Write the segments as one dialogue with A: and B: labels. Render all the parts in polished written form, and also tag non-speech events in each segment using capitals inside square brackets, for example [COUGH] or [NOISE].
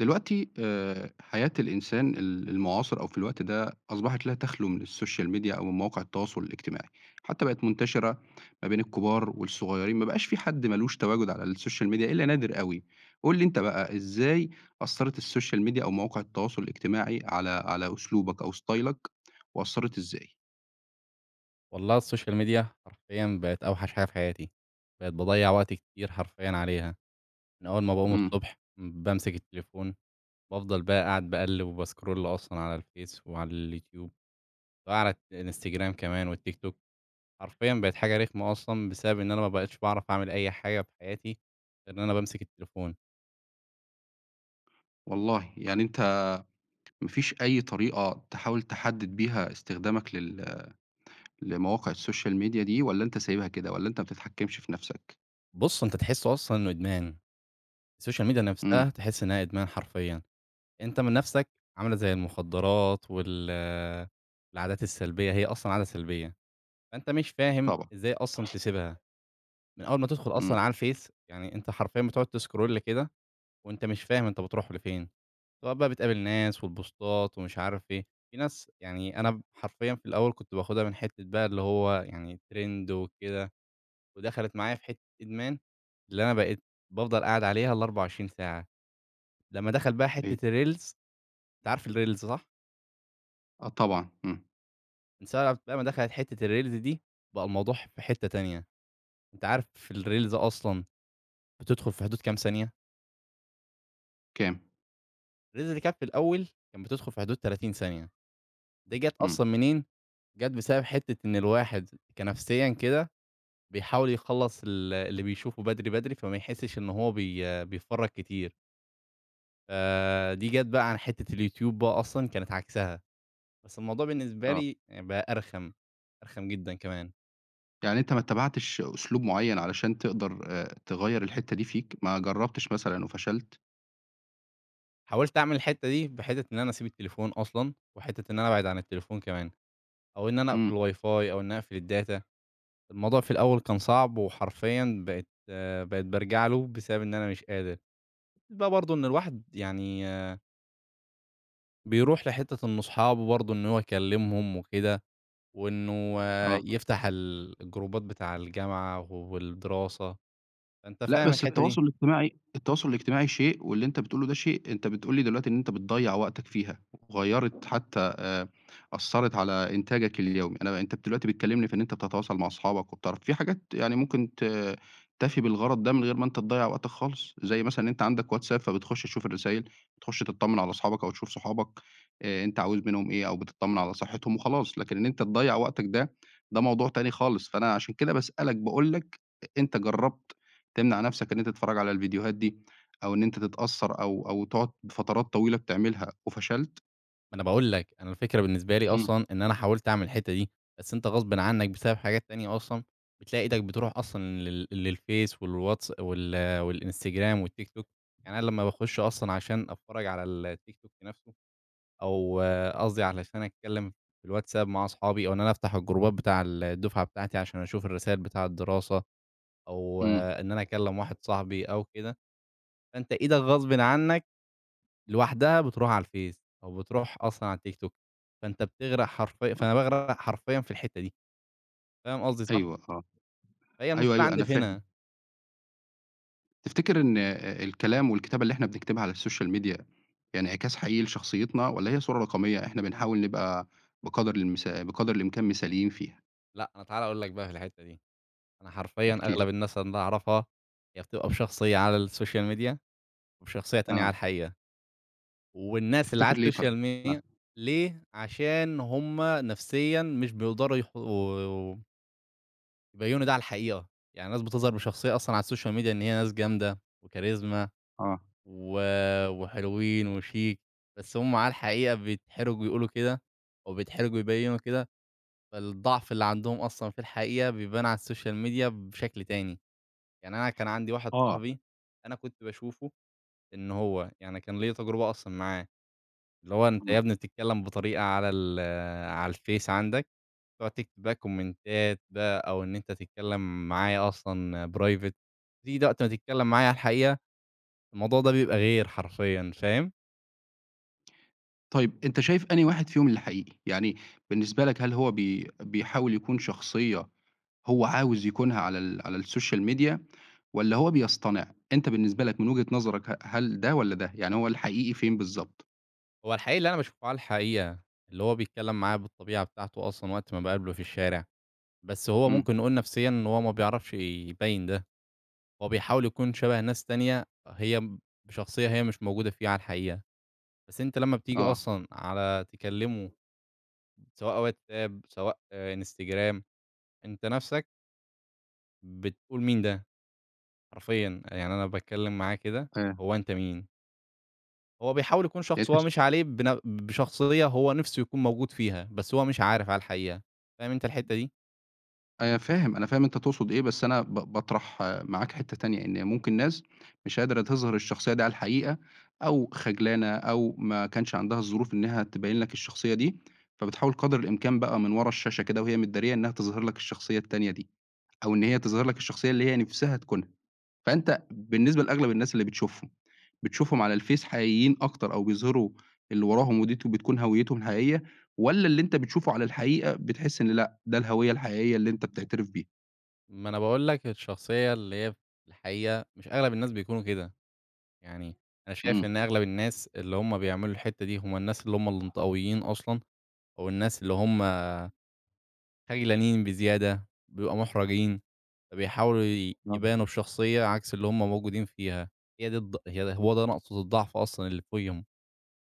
A: دلوقتي حياة الإنسان المعاصر أو في الوقت ده أصبحت لا تخلو من السوشيال ميديا أو من مواقع التواصل الاجتماعي، حتى بقت منتشرة ما بين الكبار والصغيرين، ما بقاش في حد ما لوش تواجد على السوشيال ميديا إلا نادر أوي. قُل لي أنت بقى إزاي أثّرت السوشيال ميديا أو مواقع التواصل الاجتماعي على أسلوبك أو ستايلك وأثّرت إزاي؟
B: والله السوشيال ميديا حرفيًا بقت أوحش حاجة في حياتي، بقيت باضيّع وقت كتير حرفيًا عليها، من أول ما باقوم
A: إمم،
B: الصبح بامسك التليفون، بافضل بقى قاعد باقلِّب وباسكرول أصلًا على الفيس وعلى اليوتيوب وعلى الإنستجرام كمان والتيك توك، حرفيًا بقت حاجة رخمة أصلًا بسبب إن أنا ما بقيتش باعرف أعمل أي حاجة في حياتي غير إن أنا بامسك التليفون.
A: والله يعني أنت ما فيش أي طريقة تحاول تحدد بيها استخدامك لمواقع السوشيال ميديا دي والّا أنت سايبها كده، والّا أنت ما بتتحكمش في نفسك؟
B: بُص، أنت تحسّه أصلًا إنه إدمان، السوشيال ميديا
A: إمم،
B: نفسها تحس إنها إدمان حرفيًا، أنت من نفسك عاملة زي المخدرات وال العادات السلبية، هي أصلًا عادة سلبية. فأنت مش فاهم
A: طبعًا،
B: إزاي أصلًا تسيبها، من أول ما تدخل أصلًا
A: إمم،
B: على الفيس، يعني أنت حرفيًا بتقعد تسكرول كده وأنت مش فاهم أنت بتروح لفين، سواء بقى بتقابل ناس والبوستات ومش عارف إيه، في ناس يعني أنا حرفيًا في الأول كنت باخدها من حتة بقى اللي هو يعني ترند وكده، ودخلت معايا في حتة إدمان، اللي أنا بقيت بافضل قاعد عليها ال24 ساعة، لمّا دخل بقى
A: أكيد،
B: حتة الريلز، أنت عارف الريلز صح؟
A: آه طبعًا، إمم،
B: من ساعة بقى ما دخلت حتة الريلز دي، بقى الموضوع في حتة تانية، أنت عارف الريلز أصلًا بتدخل في حدود كام ثانية؟
A: كام؟
B: ريلز اللي كانت في الأول كانت بتدخل في حدود 30 ثانية، دي جات
A: إمم،
B: أصلًا منين؟ جات بسبب حتّة إن الواحد كنفسيًا كده بيحاول يخلّص اللي بيشوفه بدري، بدري، فما يحسّش إن هو بيتفرّج كتير، فدي جات بقى عن حتّة اليوتيوب بقى أصلًا كانت عكسها، بس الموضوع بالنسبة
A: آه،
B: لي بقى أرخم، أرخم جدًا كمان.
A: يعني أنت ما اتّبعتش أسلوب معيّن علشان تقدر تغيّر الحتّة دي فيك، ما جرّبتش مثلًا وفشلت؟
B: حاولت أعمل الحتّة دي بحتّة إن أنا أسيب التليفون أصلًا، وحتّة إن أنا أبعد عن التليفون كمان، أو إن أنا
A: إمم،
B: أقفل الWiFi أو إن أنا أقفل الdata. الموضوع في الأول كان صعب وحرفيًا بقيت بارجع له بسبب إن أنا مش قادر. بقى برضه إن الواحد يعني آه، بيروح لحتّة إنه أصحابه برضه إن هو يكلمهم وكده، وإنه آه،
A: آه.
B: يفتح الجروبات بتاع الجامعة والدراسة، فأنت
A: لأ،
B: فاهم
A: بس
B: الحتّة [LAUGHS] دي.
A: التواصل الاجتماعي شيء، واللي أنت بتقوله ده شيء. أنت بتقول لي دلوقتي إن أنت بتضيّع وقتك فيها، وغيّرت حتى أثّرت على إنتاجك اليومي. أنت دلوقتي بتكلمني في إن أنت بتتواصل مع أصحابك وبتعرف في حاجات يعني ممكن تفي بالغرض ده من غير ما أنت تضيّع وقتك خالص، زي مثلًا إن أنت عندك واتساب فبتخش تشوف الرسايل، بتخش تطمن على أصحابك أو تشوف صحابك أنت عاوز منهم إيه، أو بتطمن على صحتهم وخلاص، لكن إن أنت تضيّع وقتك ده، ده موضوع تاني خالص. فأنا عشان كده باسألك باقول لك أنت جرّبت تمنع نَفْسك إن أنت تتفرّج على الفيديوهات دي، أو إن أنت تتأثّر أو تقعد فترات طويلة بتعملها وفشلت؟
B: ما أنا باقول لك، أنا الفكرة بالنسبة لي
A: إمم،
B: أصلًا إن أنا حاولت أعمل الحتّة دي، بس أنت غصبٍ عنّك بسبب حاجات تانية أصلًا، بتلاقي إيدك بتروح أصلًا للفيس والواتس والإنستجرام والتيك توك، يعني أنا لمّا باخُش أصلًا عشان أتفرّج على التيك توك نَفْسه أو آه، قصدي علشان أتكلّم في الواتساب مع أصحابي أو إن أنا أفتح الجروبات بتاع الدُفعة بتاعتي عشان أشوف الرسايل بتاع الدراسة أو
A: إمم،
B: آه، إن أنا أكلّم واحد صاحبي أو كده، فأنت إيدك غصبٍ عنّك لوحدها بتروح على الفيس، أو بتروح أصلًا على التيك توك، فأنت بتغرق حرفيًا
A: آه،
B: فأنا باغرق حرفيًا في الحتّة دي، فاهم قصدي صح؟
A: أيوه، آه،
B: فهي
A: أيوه،
B: المشكلة
A: أيوه،
B: عندي
A: أنا
B: في هنا.
A: فاهم. تفتكر إن الكلام والكتابة اللي إحنا بنكتبها على الSocial media يعني انعكاس حقيقي لشخصيتنا والّا هي صورة رقمية إحنا بنحاول نبقى بقدر الإمكان مثاليين فيها؟
B: لأ أنا تعالَ أقول لك بقى في الحتّة دي، أنا حرفيًا
A: احكِ لي.
B: أغلب الناس اللي أنا أعرفها هي بتبقى بشخصية على السوشيال ميديا، وبشخصية تانية على
A: آه،
B: الحقيقة، والناس اللي على
A: تفتكر ليه
B: السوشيال
A: طيب؟
B: ميديا
A: آه،
B: ليه؟ عشان هُم نفسيًا مش بيقدروا يبيّنوا ده على الحقيقة، يعني الناس بتظهر بشخصية أصلًا على السوشيال ميديا إن هي ناس جامدة وكاريزما
A: آه،
B: و وحلوين وشيك، بس هُم على الحقيقة بيتحرجوا يقولوا كده، أو بيتحرجوا يبيّنوا كده، فالضعف اللي عندهم أصلًا في الحقيقة بيبان على الSocial media بشكل تاني، يعني أنا كان عندي واحد
A: آه،
B: صاحبي أنا كنت باشوفه إن هو يعني كان ليّا تجربة أصلًا معاه، اللي هو أنت يا
A: إمم.
B: ابني بتتكلم بطريقة على على الفيس عندك، تقعد تكتب بقى كومنتات بقى أو إن أنت تتكلم معايا أصلًا private، تيجي ده وقت ما تتكلم معايا على الحقيقة، الموضوع ده بيبقى غير حرفيًا، فاهم؟
A: طيب أنت شايف أنهي واحد فيهم اللي حقيقي؟ يعني بالنسبة لك هل هو بيحاول يكون شخصية هو عاوز يكونها على على السوشيال ميديا والّا هو بيصطنع؟ أنت بالنسبة لك من وجهة نظرك هل ده والّا ده؟ يعني هو الحقيقي فين بالضبط؟
B: هو الحقيقي اللي أنا باشوفه على الحقيقة، اللي هو بيتكلّم معايا بالطبيعة بتاعته أصلًا وقت ما باقابله في الشارع، بس هو
A: إمم،
B: ممكن نقول نفسيًا إن هو ما بيعرفش يبيّن ده، هو بيحاول يكون شبه ناس تانية هي م بشخصية هي مش موجودة فيه على الحقيقة، بس أنت لمّا بتيجي
A: آه،
B: أصلًا على تكلّمه سواء واتساب سواء آه، إنستجرام، أنت نَفْسك بتقول مين ده؟ حرفيًا، يعني أنا باتكلّم معاه كده،
A: فاهم.
B: هو أنت مين؟ هو بيحاول يكون
A: يعني
B: شخص
A: أنت
B: هو
A: ش
B: مش عليه بن بشخصية هو نِفْسه يكون موجود فيها، بس هو مش عارف على الحقيقة، فاهم أنت الحتّة دي؟
A: أنا فاهم، أنا فاهم أنت تقصد إيه، بس أنا باطرح معاك حتّة تانية، إن ممكن ناس مش قادرة تظهر الشخصية دي على الحقيقة أو خجلانة أو ما كانش عندها الظروف إنها تبيّن لك الشخصية دي، فبتحاول قدر الإمكان بقى من ورا الشاشة كده وهي متدارية إنها تظهر لك الشخصية التانية دي، أو إن هي تظهر لك الشخصية اللي هي نِفْسها تكونها. فأنت بالنسبة لأغلب الناس اللي بتشوفهم، بتشوفهم على الفيس حقيقيين أكتر أو بيظهروا اللي وراهم ودي بتكون هويتهم الحقيقية، والّا اللي أنت بتشوفه على الحقيقة بتحس إن لأ، ده الهوية الحقيقية اللي أنت بتعترف بيها؟
B: ما أنا باقول لك الشخصية اللي هي في الحقيقة مش أغلب الناس بيكونوا كده، يعني أنا شايف
A: إمم.
B: إن أغلب الناس اللي هم بيعملوا الحتّة دي هم الناس اللي هم الانطوائيين أصلًا، أو الناس اللي هم خجلانين بزيادة، بيبقوا محرجين، فبيحاولوا
A: آه.
B: يبانوا بشخصية عكس اللي هم موجودين فيها، هي دي الض هي ده هو ده نقطة الضعف أصلًا اللي فيهم،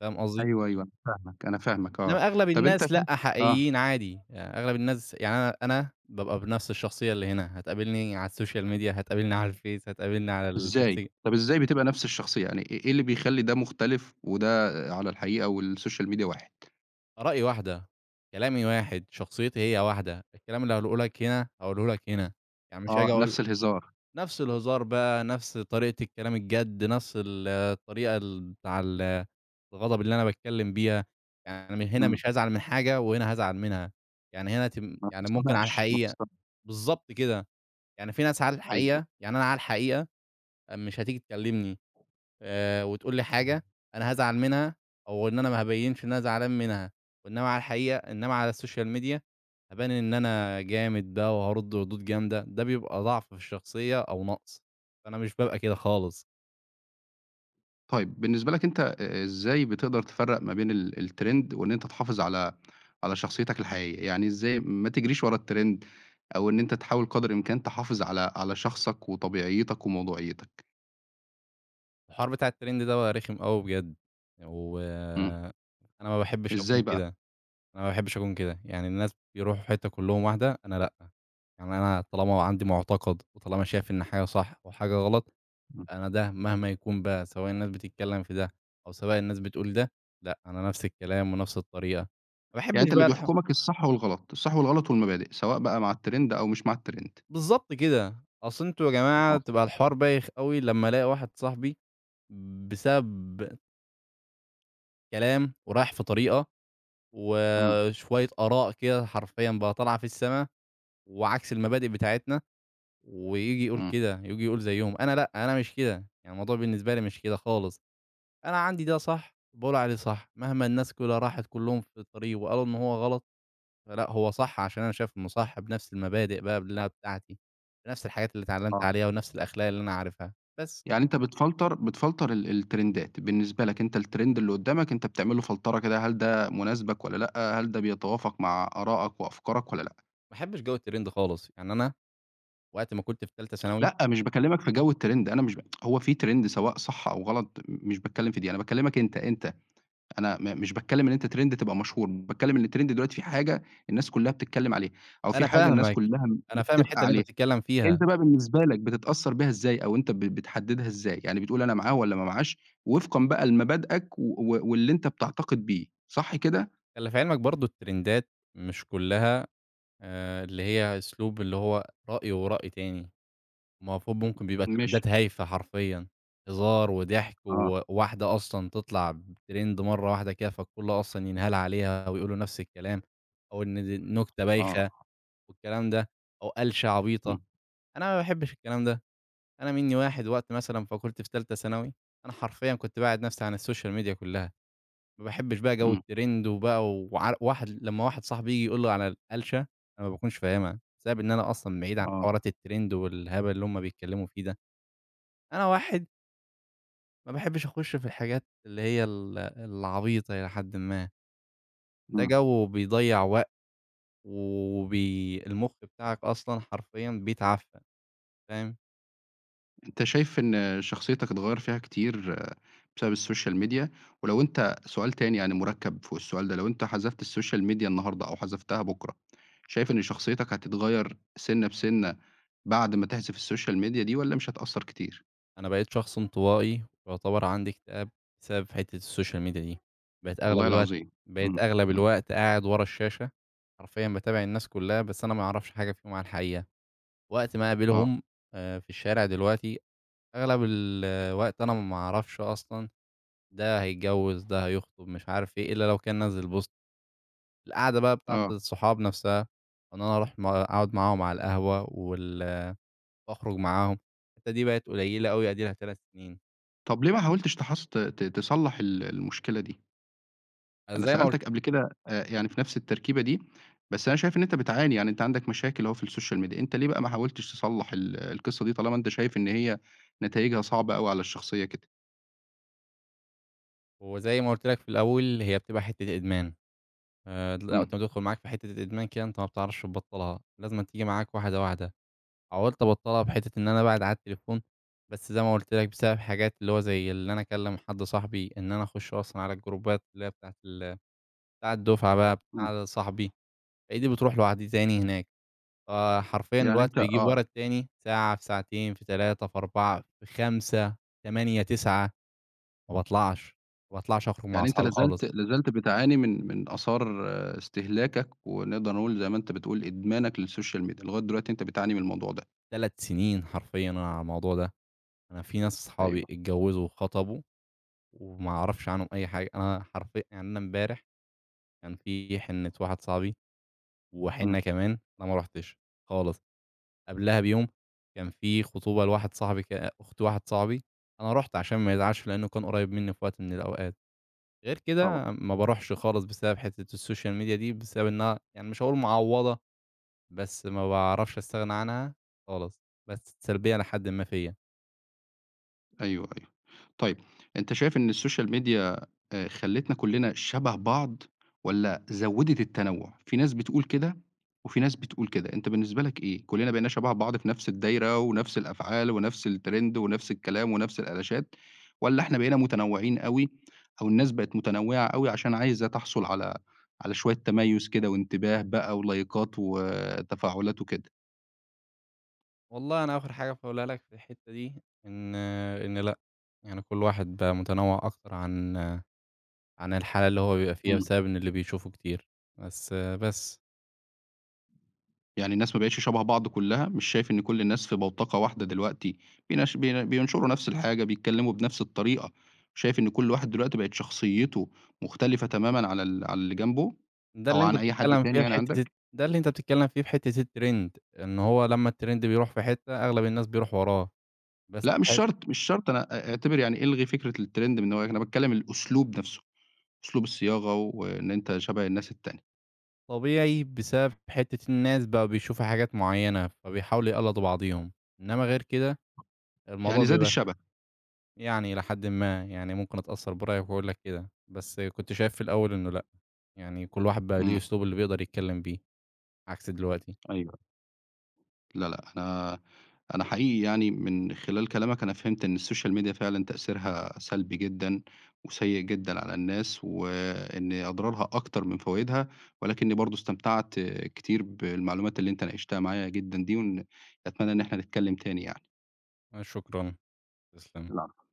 B: فاهم قصدي؟
A: أيوه، أيوه، أنا فاهمك آه.
B: إنما أغلب
A: طب أنت
B: الناس
A: شايف
B: لأ،
A: آه،
B: حقيقيين عادي، يعني أغلب الناس يعني أنا بابقى بنفس الشخصية اللي هنا، هتقابلني على السوشيال ميديا، هتقابلني على الفيس، هتقابلني على
A: إزاي؟
B: الإنس
A: طب إزاي بتبقى نفس الشخصية؟ يعني إيه اللي بيخلّي ده مختلف وده على الحقيقة والسوشيال ميديا واحد؟
B: آرائي واحدة، كلامي واحد، شخصيتي هي واحدة، الكلام اللي هاقوله لك هنا، هاقوله لك هنا، يعني مش هاجي
A: آه،
B: أقول
A: نفس الهزار.
B: نفس الهزار بقى، نفس طريقة الكلام الجَد، نفس الطريقة ال بتاع ال الغضب اللي أنا باتكلم بيها، يعني من هنا
A: إمم،
B: مش هازعل من حاجة وهنا هازعل منها، يعني هنا تم
A: ما
B: يعني ممكن على
A: بتستناش، ما
B: الحقيقة
A: بتست
B: بالضبط كده. يعني في ناس على
A: أيوه.
B: الحقيقة يعني أنا على الحقيقة مش هتيجي تكلمني وتقول لي حاجة أنا هازعل منها أو إن أنا ما هابيّنش إن أنا زعلان منها، وإنما على الحقيقة إنما على السوشيال ميديا هابان إن أنا جامد ده وهارُد ردود جامدة، ده بيبقى ضعف في الشخصية أو نقص، فأنا مش بابقى كده خالص.
A: طيب بالنسبة لك أنت إزاي بتقدر تفرّق ما بين الtrend وإن أنت تحافظ على شخصيتك الحقيقية؟ يعني إزاي ما تجريش ورا الtrend أو إن أنت تحاول قدر الإمكان تحافظ على شخصك وطبيعيتك وموضوعيتك؟
B: الحوار بتاع الtrend ده بقى رخم أوي بجد، و
A: إمم.
B: أنا ما باحبش أكون
A: إزاي بقى؟
B: كده. أنا ما باحبش أكون كده، يعني الناس بيروحوا في حتّة كلّهم واحدة، أنا لأ، يعني أنا طالما عندي معتقد وطالما شايف إن حاجة صح وحاجة غلط،
A: إمم.
B: أنا ده مهما يكون بقى سواء الناس بتتكلّم في ده أو سواء الناس بتقول ده، لأ، أنا نفس الكلام ونفس الطريقة، ما
A: يعني
B: باحبش
A: أنت اللي
B: بقى
A: بيحكمك الصح والغلط، والمبادئ، سواء بقى مع الtrend أو مش مع الtrend.
B: بالضبط كده، أصل أنتم يا جماعة
A: آه.
B: تبقى الحوار بايخ أوي لمّا ألاقي واحد صاحبي بسبب كلام ورايح في طريقة
A: إمم.
B: وشوية آراء كده حرفيًا بقى طالعة في السما وعكس المبادئ بتاعتنا وييجي يقول
A: إمم.
B: كده، ييجي يقول زيّهم، أنا لأ، أنا مش كده، يعني الموضوع بالنسبة لي مش كده خالص، أنا عندي ده صح، باقول عليه صح، مهما الناس كلها راحت كلّهم في الطريق وقالوا إن هو غلط، فلأ هو صح عشان أنا شايف إنه صح بنفس المبادئ بقى اللي أنا بتاعتي، بنفس الحاجات اللي اتعلّمت
A: آه.
B: عليها ونفس الأخلاق اللي أنا عارفها، بس.
A: يعني أنت بتفلتر الترندات. بالنسبة لك أنت الترند اللي قدّامك أنت بتعمل له فلترة كده، هل ده مناسبك والّا لأ، هل ده بيتوافق مع آرائك وأفكارك والّا لأ؟
B: ما باحبش جو الترند خالص، يعني أنا وقت ما كنت في تالتة ثانوي
A: لأ، مش باكلمك في جو الترند. أنا مش ب هو في ترند سواء صح أو غلط مش باتكلم في دي، أنا باكلمك أنت. أنت أنا م مش باتكلم إن أنت ترند تبقى مشهور، باتكلم إن الترند دلوقتي في حاجة الناس كلّها بتتكلم عليها، أو في
B: أنا
A: حاجة الناس
B: فاهمك،
A: كلّها
B: أنا فاهم
A: متفقة
B: الحتّة اللي أنت
A: عليها.
B: بتتكلّم فيها،
A: أنت بقى بالنسبة لك بتتأثّر بيها إزاي أو أنت بتحدّدها إزاي؟ يعني بتقول أنا معاه والّا ما معاش وفقًا بقى لمبادئك و واللي أنت بتعتقد بيه، صح كده؟
B: خلّي في علمك برضه الترندات مش كلّها اللي هي أسلوب اللي هو رأي ورأي تاني. ما هو فوق ممكن بيبقى
A: ماشي.
B: ترندات هايفة حرفيًا، هزار وضحك
A: آه،
B: وواحدة أصلًا تطلع بترند مرة واحدة كده، فالكل أصلًا ينهال عليها ويقولوا نفس الكلام، أو إن دي نكتة
A: آه.
B: بايخة والكلام ده، أو قلشة عبيطة،
A: إمم،
B: أنا ما باحبش الكلام ده، أنا مني واحد وقت مثلًا فكنت في تالتة ثانوي، أنا حرفيًا كنت باعِد نفسي عن السوشيال ميديا كلها، ما باحبش بقى جو
A: إمم،
B: الترند وبقى وع واحد لمّا واحد صاحبي ييجي يقول لي على القلشة، أنا ما باكونش فاهمها، بسبب إن أنا أصلًا بعيد عن
A: آه،
B: حوارات الترند والهبل اللي هُم بيتكلموا فيه ده. أنا واحد ما باحبش أخُش في الحاجات اللي هي العبيطة إلى حدٍ ما، ده
A: إمم.
B: جو بيضيّع وقت المُخ بتاعك أصلًا حرفيًا بيتعفن، فاهم؟
A: أنت شايف إن شخصيتك اتغيّر فيها كتير بسبب السوشيال ميديا، ولو أنت سؤال تاني يعني مُركّب فوق السؤال ده، لو أنت حذفت السوشيال ميديا النهارده أو حذفتها بُكرة، شايف إن شخصيتك هتتغيّر سِنّة بسِنّة بعد ما تحذف السوشيال ميديا دي والّا مش هتأثّر كتير؟
B: أنا بقيت شخص انطوائي ويُعتبر عندي اكتئاب بسبب حتّة السوشيال ميديا دي، بقيت أغلب
A: والله
B: الوقت
A: العظيم.
B: بقيت
A: إمم،
B: أغلب
A: إمم،
B: الوقت قاعد ورا الشاشة، حرفيًا باتابع الناس كُلّها بس أنا ما أعرفش حاجة فيهم على الحقيقة، وقت ما
A: آه،
B: أقابلهم في الشارع دلوقتي أغلب الوقت أنا ما أعرفش أصلًا ده هيتجوّز، ده هيخطب، مش عارف إيه، إلا لو كان نزّل بوست. القعدة بقى بتاعة
A: آه.
B: الصحاب نفسها، إن أنا أروح أقعد معاهم على القهوة وأخرج معاهم، الحتّة دي بقت قليّلة أوي، أدي لها 3 سنين.
A: طَب ليه ما حاولتش تحص ت ت تصلّح المشكلة دي؟
B: آه،
A: أنا
B: زي ما قلت
A: سألتك قبل كده يعني في نفس التركيبة دي، بس أنا شايف إن أنت بتعاني، يعني أنت عندك مشاكل أهو في السوشيال ميديا، أنت ليه بقى ما حاولتش تصلّح القصة دي طالما أنت شايف إن هي نتايجها صعبة أوي على الشخصية كده؟
B: وزي ما قلت لك في الأول، هي بتبقى حتّة إدمان. ل وقت
A: إمم،
B: ما تدخل معاك في حتّة الإدمان كده، أنت ما بتعرفش تبطّلها، لازمًا تيجي معاك واحدة، واحدة. حاولت أبطّلها بحتّة إن أنا أبعد على التليفون، بس زي ما قلت لك بسبب حاجات اللي هو زي اللي أنا أكلّم حد صاحبي، إن أنا أخش أصلًا على الجروبات اللي هي بتاع الدفعة بقى،
A: إمم.
B: بتاع صاحبي، ألاقي دي بتروح لوحدي تاني هناك، فحرفيًا
A: يعني
B: الوقت
A: أنت
B: بيجيب
A: آه،
B: ورا التاني، ساعة، في ساعتين، في 3، في 4، في 5، 8، 9، ما باطلعش، ما باطلعش أخرج مع
A: يعني أنت لا
B: أصحابي
A: زلت
B: خالص،
A: لا زلت بتعاني من آثار استهلاكك ونقدر نقول زي ما أنت بتقول إدمانك للسوشيال ميديا. لغاية دلوقتي أنت بتعاني من الموضوع ده.
B: 3 سنين حرفيًا أنا على الموضوع ده، أنا في ناس صحابي
A: أيوه،
B: اتجوّزوا وخطبوا وما أعرفش عنهم أي حاجة، أنا حرفيًا يعني أنا امبارح كان في حنة واحد صاحبي
A: إمم،
B: وحنة كمان، أنا ما رُحتش خالص. قبلها بيوم كان في خطوبة لواحد صاحبي أخت واحد صاحبي، أنا رُحت عشان ما يزعلش لإنه كان قريب منّي في وقت من الأوقات، غير
A: طبعًا.
B: كده ما باروحش خالص بسبب حتّة السوشيال ميديا دي، بسبب إنها يعني مش هاقول معوّضة، بس ما باعرفش أستغنى عنها خالص، بس سلبية لحدٍ ما فيّا.
A: أيوه، أيوه. طيب أنت شايف إن السوشيال ميديا خلّتنا كُلّنا شَبه بعض والّا زوّدت التنوُّع؟ في ناس بتقول كده وفي ناس بتقول كده، أنت بالنسبة لك إيه؟ كُلّنا بقينا شَبه بعض في نفس الدايرة ونفس الأفعال ونفس الtrend ونفس الكلام ونفس الألاشات، والّا إحنا بقينا متنوّعين أوي أو الناس بقت متنوّعة أوي عشان عايزة تحصُل على على شوية تميُّز كده وانتباه بقى ولايكات وتفاعلات وكده؟
B: والله أنا آخر حاجة باقولها لك في الحتّة دي إن إن لأ، يعني كل واحد بقى متنوّع أكتر عن عن الحالة اللي هو بيبقى فيها
A: إمم.
B: بسبب إن اللي بيشوفه كتير، بس بس.
A: يعني الناس ما بقتش شبه بعض كلّها، مش شايف إن كل الناس في بوتقة واحدة دلوقتي، بينشروا نفس الحاجة، بيتكلموا بنفس الطريقة، شايف إن كل واحد دلوقتي بقت شخصيته مختلفة تمامًا على على اللي جنبه،
B: ده
A: أو
B: اللي أنت
A: عن
B: أعتقد.
A: أي حد
B: بتتكلّم فيه
A: تاني
B: في
A: يعني
B: حتّة الت
A: عندك؟
B: ده اللي أنت بتتكلّم فيه في حتّة الtrend، إن هو لمّا الtrend بيروح في حتّة أغلب الناس بيروح وراه، بس
A: لأ
B: في
A: مش
B: حت
A: شرط، مش شرط أنا اعتبر يعني إلغي فكرة الtrend من هواك، أنا باتكلم الأسلوب نفسه، أسلوب الصياغة وإن أنت شبه الناس التانية،
B: طبيعي بسبب حتّة الناس بقوا بيشوفوا حاجات معيّنة، فبيحاولوا يقلّدوا بعضيهم، إنّما غير كده الموضوع
A: يعني زاد
B: بيبقى
A: الشبه.
B: يعني إلى حدٍ ما، يعني ممكن أتأثّر برأيك وأقول لك كده، بس كنت شايف في الأول إنه لأ، يعني كل واحد بقى ليه
A: إمم،
B: أسلوبه اللي بيقدر يتكلّم بيه، عكس دلوقتي.
A: أيوه. لا، لأ، أنا حقيقي يعني من خلال كلامك أنا فهمت إن السوشيال ميديا فعلًا تأثيرها سلبي جدًا وسيء جدًا على الناس، وإن أضرارها أكتر من فوايدها، ولكني برضه استمتعت كتير بالمعلومات اللي أنت ناقشتها معايا جدًا دي، وإن أتمنى إن إحنا نتكلم تاني يعني.
B: آه، شكرًا، تسلم.
A: العفو.